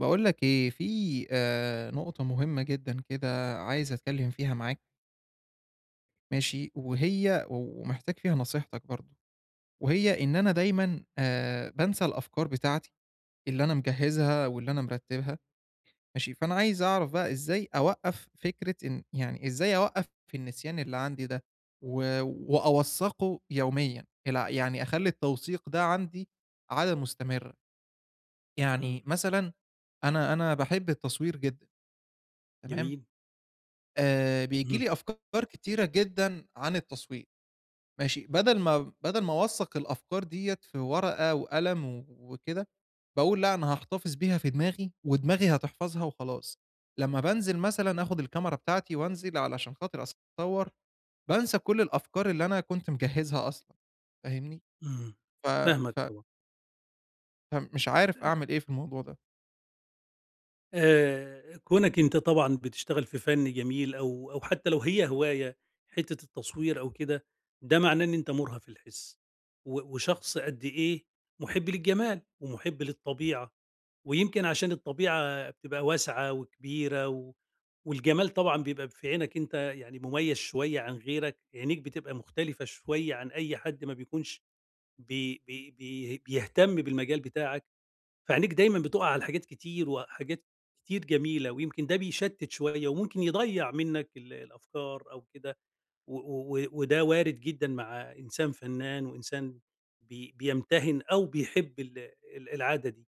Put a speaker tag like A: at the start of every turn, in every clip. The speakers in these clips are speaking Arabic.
A: باقول لك إيه، في نقطة مهمة جدًا كده عايز أتكلّم فيها معاك ماشي، ومحتاج فيها نصيحتك برضه، وهي إن أنا دايمًا بانسى الأفكار بتاعتي اللي أنا مجهّزها واللي أنا مرتّبها ماشي، فأنا عايز أعرف بقى إزاي أوقّف فكرة إن يعني إزاي أوقّف في النسيان اللي عندي ده و وأوثّقه يوميًا، يعني أخلّي التوثيق ده عندي عادة مستمرة،
B: إمم،
A: يعني مثلًا أنا باحب التصوير جدًا تمام.
B: جميل،
A: بييجي
B: إمم،
A: لي أفكار كتيرة جدًا عن التصويت، ماشي، بدل ما أوثّق الأفكار ديّة في ورقة وقلم و وكده، باقول لأ أنا هاحتفظ بيها في دماغي ودماغي هتحفظها وخلاص. لمّا بانزل مثلًا آخُد الكاميرا بتاعتي وانزل علشان خاطر أصوّر، بانسى كل الأفكار اللي أنا كنت مجهّزها أصلًا، فاهمني؟
B: إمم،
A: ف
B: فاهمك
A: ف
B: طبعًا.
A: فمش عارف أعمل إيه في الموضوع ده.
B: كونك أنت طبعًا بتشتغل في فن جميل أو حتى لو هي هواية، حتة التصوير أو كده، ده معناه إن أنت مُرهف الحِس، وشخص قد إيه، مُحِب للجمال ومُحِب للطبيعة، ويمكن عشان الطبيعة بتبقى واسعة وكبيرة والجمال طبعًا بيبقى في عينك أنت، يعني مميز شوية عن غيرك، عينيك بتبقى مختلفة شوية عن أي حد ما بيكونش بي بي بي بيهتم بالمجال بتاعك. فعينيك دايمًا بتُقع على حاجات كتير وحاجات كتير جميلة، ويمكن ده بيشتِّت شوية وممكن يضيّع منّك الأفكار أو كده، و و و وده وارد جدًا مع إنسان فنّان وإنسان بيمتهن أو بيحب ال ال العادة دي،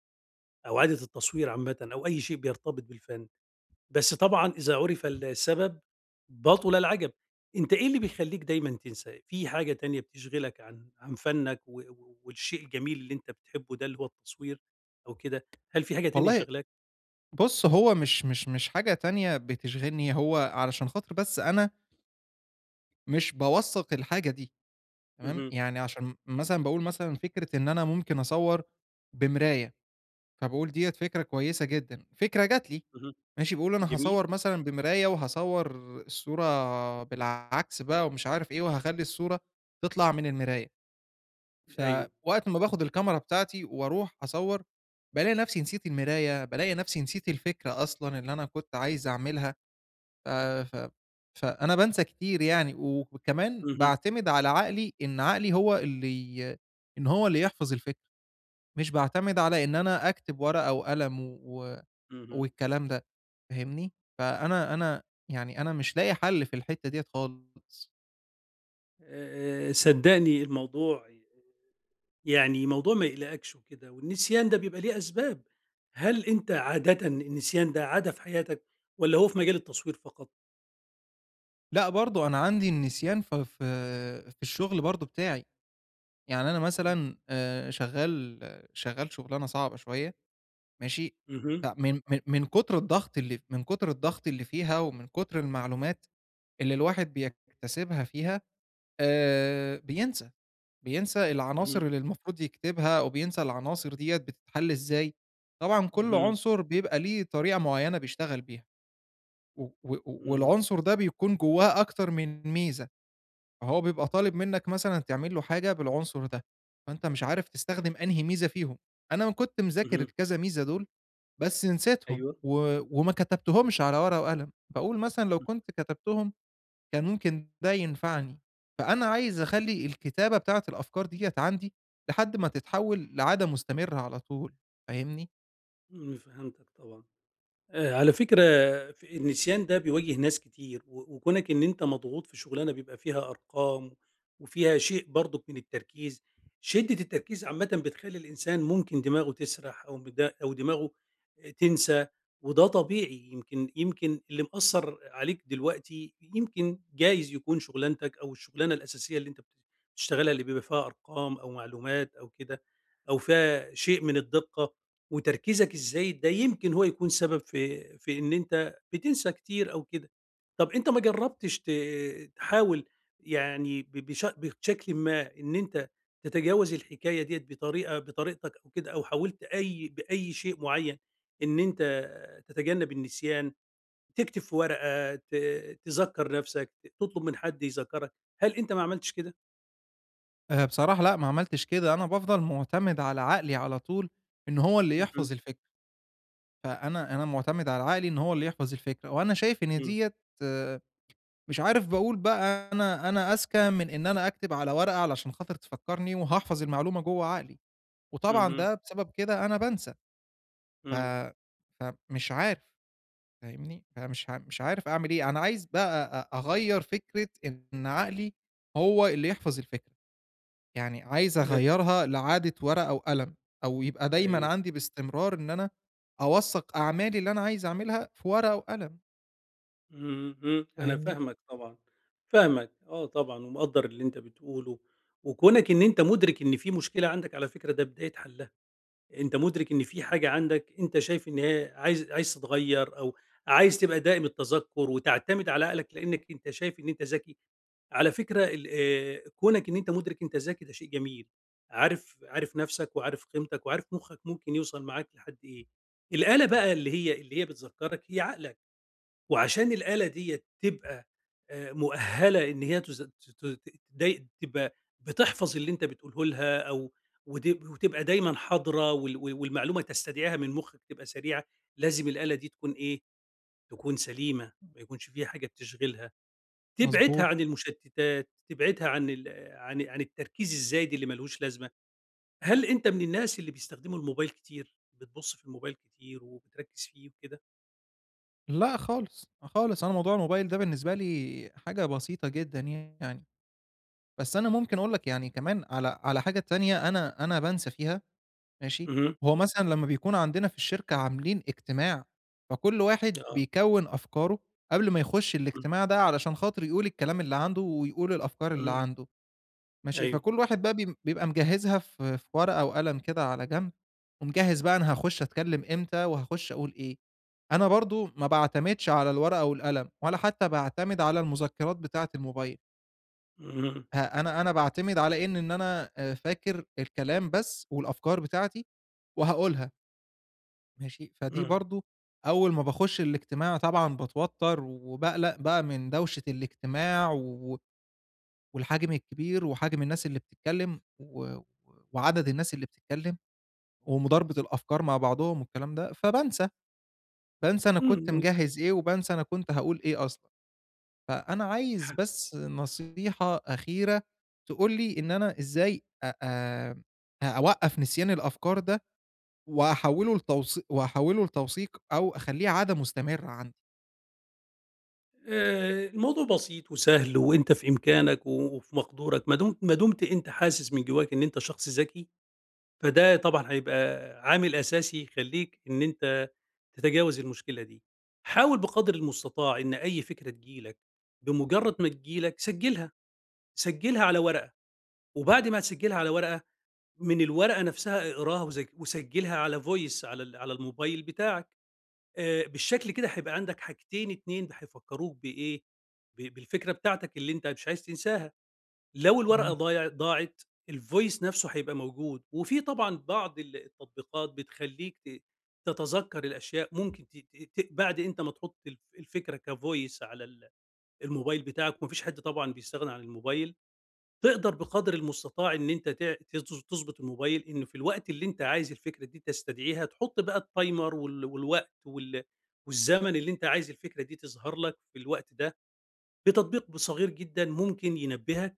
B: أو عادة التصوير عامةً أو أي شيء بيرتبط بالفن. بس طبعًا إذا عُرف السبب بطل العجب. أنت إيه اللي بيخلّيك دايمًا تنسى؟ في حاجة تانية بتشغلك عن فنّك و و والشيء الجميل اللي أنت بتحبه ده اللي هو التصوير أو كده، هل في حاجة تانية
A: والله
B: شاغلاك؟
A: بُص، هو مش حاجة تانية بتشغلني، هو علشان خاطر بس أنا مش باوثّق الحاجة دي. تمام،
B: اهم،
A: يعني عشان مثلًا باقول مثلًا فكرة إن أنا ممكن أصوّر بمراية، فباقول ديّة فكرة كويسة جدًا، فكرة جات لي،
B: اهم،
A: ماشي، باقول أنا
B: جميل،
A: هاصوّر مثلًا بمراية وهاصوّر الصورة بالعكس بقى ومش عارف إيه، وهاخلّي الصورة تطلع من المراية،
B: أيوه،
A: فوقت ما باخد الكاميرا بتاعتي وأروح أصوّر، بالاقي نفسي نسيت المراية، بالاقي نفسي نسيت الفكرة أصلًا اللي أنا كنت عايز أعملها. ف ف فأنا بانسى كتير يعني، وكمان
B: اهم،
A: باعتمد على عقلي إن هو اللي يحفظ الفكرة، مش باعتمد على إن أنا أكتب ورقة وقلم
B: اهم.
A: والكلام ده، فاهمني؟ فأنا يعني أنا مش لاقي حل في الحتّة ديّة خالص.
B: صدّقني الموضوع، يعني موضوع ما يقلقكش وكده، والنسيان ده بيبقى ليه أسباب. هل أنت عادةً النسيان ده عادة في حياتك والّا هو في مجال التصوير فقط؟
A: لأ برضه أنا عندي النسيان ف في في الشغل برضه بتاعي، يعني أنا مثلًا شغّال شُغلانة صعبة شوية ماشي؟
B: اهم،
A: لأ من كتر الضغط اللي من كتر الضغط اللي فيها ومن كتر المعلومات اللي الواحد بيكتسبها فيها بينسى، بينسى العناصر
B: اهم،
A: اللي المفروض يكتبها أو بينسى العناصر ديّة بتتحل إزاي. طبعًا كل
B: اهم،
A: عنصر بيبقى ليه طريقة معيّنة بيشتغل بيها و و
B: إمم.
A: والعنصر ده بيكون جوّاه أكتر من ميزة، فهو بيبقى طالب منّك مثلًا تعمل له حاجة بالعنصر ده، فأنت مش عارف تستخدم أنهي ميزة فيهم. أنا كنت مذاكر
B: اهم،
A: الكذا ميزة دول بس نسيتهم،
B: أيوه،
A: و وما كتبتهمش على ورقة وقلم، باقول مثلًا لو
B: إمم،
A: كنت كتبتهم كان ممكن ده ينفعني، فأنا عايز أخلّي الكتابة بتاعة الأفكار ديّة عندي لحد ما تتحول لعادة مستمرة على طول، فاهمني؟
B: إمم، فهمتك طبعًا. على فكرة، النسيان ده بيواجه ناس كتير، وكونك إن أنت مضغوط في شغلانة بيبقى فيها أرقام وفيها شيء برضك من التركيز، شدة التركيز عامةً بتخلّي الإنسان ممكن دماغه تسرح أو دماغه تنسى، وده طبيعي، يمكن اللي مأثّر عليك دلوقتي يمكن جايز يكون شغلانتك أو الشغلانة الأساسية اللي أنت بتشتغلها، اللي بيبقى فيها أرقام أو معلومات أو كده، أو فيها شيء من الدقة. وتركيزك الزايد ده يمكن هو يكون سبب في إن أنت بتنسى كتير أو كده. طَب أنت ما جرّبتش تحاول، يعني ب بش بشكلٍ ما إن أنت تتجاوز الحكاية ديّة بطريقتك أو كده، أو حاولت بأي شيء معيّن إن أنت تتجنّب النسيان، تكتب في ورقة، تذكّر نَفْسك، تطلب من حد يذكّرك، هل أنت ما عملتش كده؟
A: بصراحة لأ، ما عملتش كده، أنا بافضل مُعتمد على عقلي على طول إن هو اللي
B: اهم،
A: يحفظ الفكرة، فأنا مُعتمد على عقلي إن هو اللي يحفظ الفكرة، وأنا شايف إن
B: إمم،
A: ديّة مش عارف باقول بقى أنا أذكى من إن أنا أكتب على ورقة علشان خاطر تفكّرني وهاحفظ المعلومة جوّه عقلي. وطبعًا
B: اهم،
A: ده بسبب كده أنا بانسى، ف
B: إمم،
A: فمش عارف فاهمني؟ فمش ع مش عارف أعمل إيه، أنا عايز بقى أغيّر فكرة إن عقلي هو اللي يحفظ الفكرة، يعني عايز
B: آآ
A: أغيّرها لعادة ورقة وقلم، أو يبقى دايمًا
B: أيوه.
A: عندي باستمرار إن أنا أوثّق أعمالي اللي أنا عايز أعملها في ورقة وقلم،
B: إمم، إمم، أنا
A: فاهمني؟
B: فاهمك طبعًا، فاهمك، آه طبعًا، ومقدّر اللي أنت بتقوله، وكونك إن أنت مُدرك إن في مشكلة عندك على فكرة ده بداية حلّها، أنت مُدرك إن في حاجة عندك أنت شايف إن هي عايز تتغيّر، أو عايز تبقى دائم التذكُّر وتعتمد على عقلك لإنّك أنت شايف إن أنت ذكي. على فكرة ال كونك إن أنت مُدرك أنت ذكي ده شيء جميل، عارف نَفْسك وعارف قيمتك وعارف مُخّك ممكن يوصل معاك لحد إيه. الآلة بقى اللي هي بتذكّرك هي عقلك. وعشان الآلة ديّة تبقى مؤهّلة، إن هي تز ت ت داي تبقى بتحفظ اللي أنت بتقوله لها، أو وتب وتبقى دايمًا حاضرة والمعلومة تستدعيها من مخّك تبقى سريعة، لازم الآلة دي تكون إيه، تكون سليمة، ما يكونش فيها حاجة بتشغلها، تبعدها
A: مضبوط.
B: عن المشتتات، تبعدها عن ال عن عن التركيز الزايد اللي ما لهوش لازمة. هل أنت من الناس اللي بيستخدموا الموبايل كتير، بتبُص في الموبايل كتير وبتركّز فيه وكده؟
A: لأ خالص، خالص، أنا موضوع الموبايل ده بالنسبة لي حاجة بسيطة جدًا يعني، بس أنا ممكن أقول لك يعني كمان على حاجة تانية أنا بانسى فيها ماشي،
B: اهم،
A: وهو مثلًا لمّا بيكون عندنا في الشركة عاملين اجتماع، فكل واحد
B: آه،
A: بيكوّن أفكاره قبل ما يخش
B: إمم،
A: الاجتماع ده علشان خاطر يقول الكلام اللي عنده ويقول الأفكار اللي
B: إمم،
A: عنده، ماشي،
B: أيوه.
A: فكل واحد بقى بيبقى مجهّزها في في ورقة وقلم كده على جنب، ومجهّز بقى أنا هاخش أتكلم إمتى وهاخش أقول إيه. أنا برضه ما باعتمدش على الورقة والقلم ولا حتى باعتمد على المذكرات بتاعة الموبايل،
B: اهم،
A: أنا باعتمد على إن أنا فاكر الكلام بس والأفكار بتاعتي وهاقولها. ماشي، فدي
B: إمم،
A: برضه أول ما باخُش الاجتماع طبعًا باتوتّر وباقلق بقى من دوشة الاجتماع و والحجم الكبير وحجم الناس اللي بتتكلّم و وعدد الناس اللي بتتكلّم ومُضاربة الأفكار مع بعضهم والكلام ده، فبانسى، بانسى أنا كنت
B: إمم،
A: مجهّز إيه وبانسى أنا كنت هاقول إيه أصلًا. فأنا عايز
B: ح
A: بس نصيحة أخيرة تقول لي إن أنا إزاي أ أ أوقّف نسيان الأفكار ده وأحوّله لتوثيق أو أخلّيه عادة مستمرة عندي.
B: الموضوع بسيط وسهل وأنت في إمكانك وفي مقدورك، ما دمت أنت حاسس من جواك إن أنت شخص ذكي، فده طبعًا هيبقى عامل أساسي يخلّيك إن أنت تتجاوز المشكلة دي. حاول بقدر المستطاع إن أي فكرة تيجي لك، بمجرد ما تيجي لك سجّلها، سجّلها على ورقة، وبعد ما تسجّلها على ورقة، من الورقة نفسها اقراها وسجّلها على voice على الموبايل بتاعك. بالشكل كده هيبقى عندك حاجتين 2 هيفكّروك بإيه، بالفكرة بتاعتك اللي أنت مش عايز تنساها، لو الورقة
A: تمام.
B: ضاعت الvoice نَفْسه هيبقى موجود، وفي طبعًا بعض التطبيقات بتخلّيك تتذكّر الأشياء، ممكن ت ت ت بعد أنت ما تحُط الفكرة كvoice على الموبايل بتاعك وما فيش حد طبعًا بيستغنى عن الموبايل، تقدر بقدر المستطاع إن أنت تع تض تضبط الموبايل إنه في الوقت اللي أنت عايز الفكرة دي تستدعيها، تحُط بقى التايمر والوقت والزمن اللي أنت عايز الفكرة دي تظهر لك في الوقت ده، بتطبيق صغير جدًا ممكن ينبّهك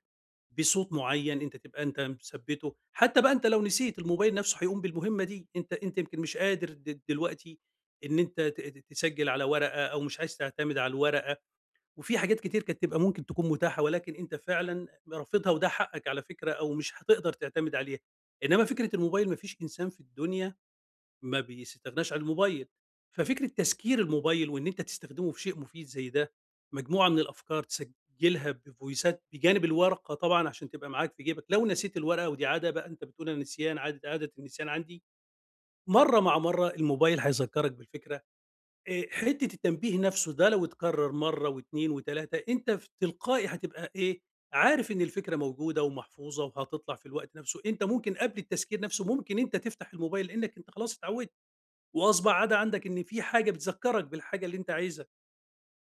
B: بصوت معيّن أنت تبقى أنت مثبّته، حتى بقى أنت لو نسيت الموبايل نفسه هيقوم بالمهمة دي، أنت يمكن مش قادر دلوقتي إن أنت ت ت تسجّل على ورقة أو مش عايز تعتمد على الورقة. وفي حاجات كتير كانت تبقى ممكن تكون متاحة، ولكن أنت فعلًا رافضها وده حقك على فكرة، أو مش هتقدر تعتمد عليها. إنما فكرة الموبايل ما فيش إنسان في الدنيا ما بيستغناش عن الموبايل، ففكرة تسكير الموبايل وإن أنت تستخدمه في شيء مفيد زي ده، مجموعة من الأفكار تسجلها بفويسات بجانب الورقة طبعًا عشان تبقى معاك في جيبك، لو نسيت الورقة ودي عادة بقى أنت بتقول أنا نسيان عادة النسيان عندي، مرّة مع مرّة الموبايل هيذكرك بالفكرة. حتّة التنبيه نَفْسه ده لو اتكرّر مرّة و2 و3 أنت تلقائي هتبقى إيه، عارف إن الفكرة موجودة ومحفوظة وهتطلع في الوقت نَفْسه، أنت ممكن قبل التذكير نَفْسه ممكن أنت تفتح الموبايل لإنّك أنت خلاص اتعوّدت، وأصبح عادة عندك إن في حاجة بتذكّرك بالحاجة اللي أنت عايزها.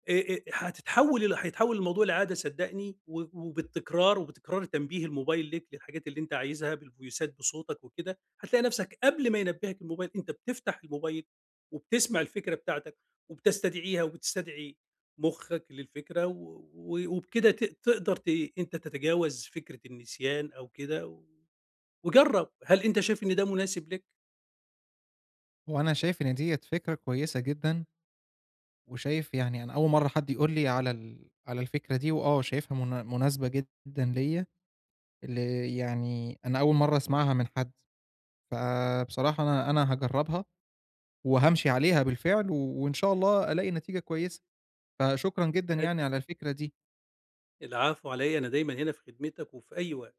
B: هتتحول ال هيتحول الموضوع لعادة صدّقني، وبالتكرار وبتكرار تنبيه الموبايل ليك للحاجات اللي أنت عايزها بالفويسات بصوتك وكده، هتلاقي نفسك قبل ما ينبهك الموبايل أنت بتفتح الموبايل، وبتسمع الفكرة بتاعتك، وبتستدعيها وبتستدعي مخّك للفكرة، و و وبكده تقدر أنت تتجاوز فكرة النسيان أو كده، وجرّب، هل أنت شايف إن ده مناسب ليك؟
A: هو أنا شايف إن ديّة فكرة كويسة جدًا، وشايف يعني أنا أول مرّة حد يقول لي على الفكرة دي، وآه شايفها مناسبة جدًا ليّا، ل يعني أنا أول مرّة أسمعها من حد، فبصراحة أنا هاجرّبها وهامشي عليها بالفعل، و وإن شاء الله ألاقي نتيجة كويسة، فشكرًا جدًا
B: ه
A: يعني على الفكرة دي.
B: العفو على إيه، أنا دايمًا هنا في خدمتك وفي أي وقت.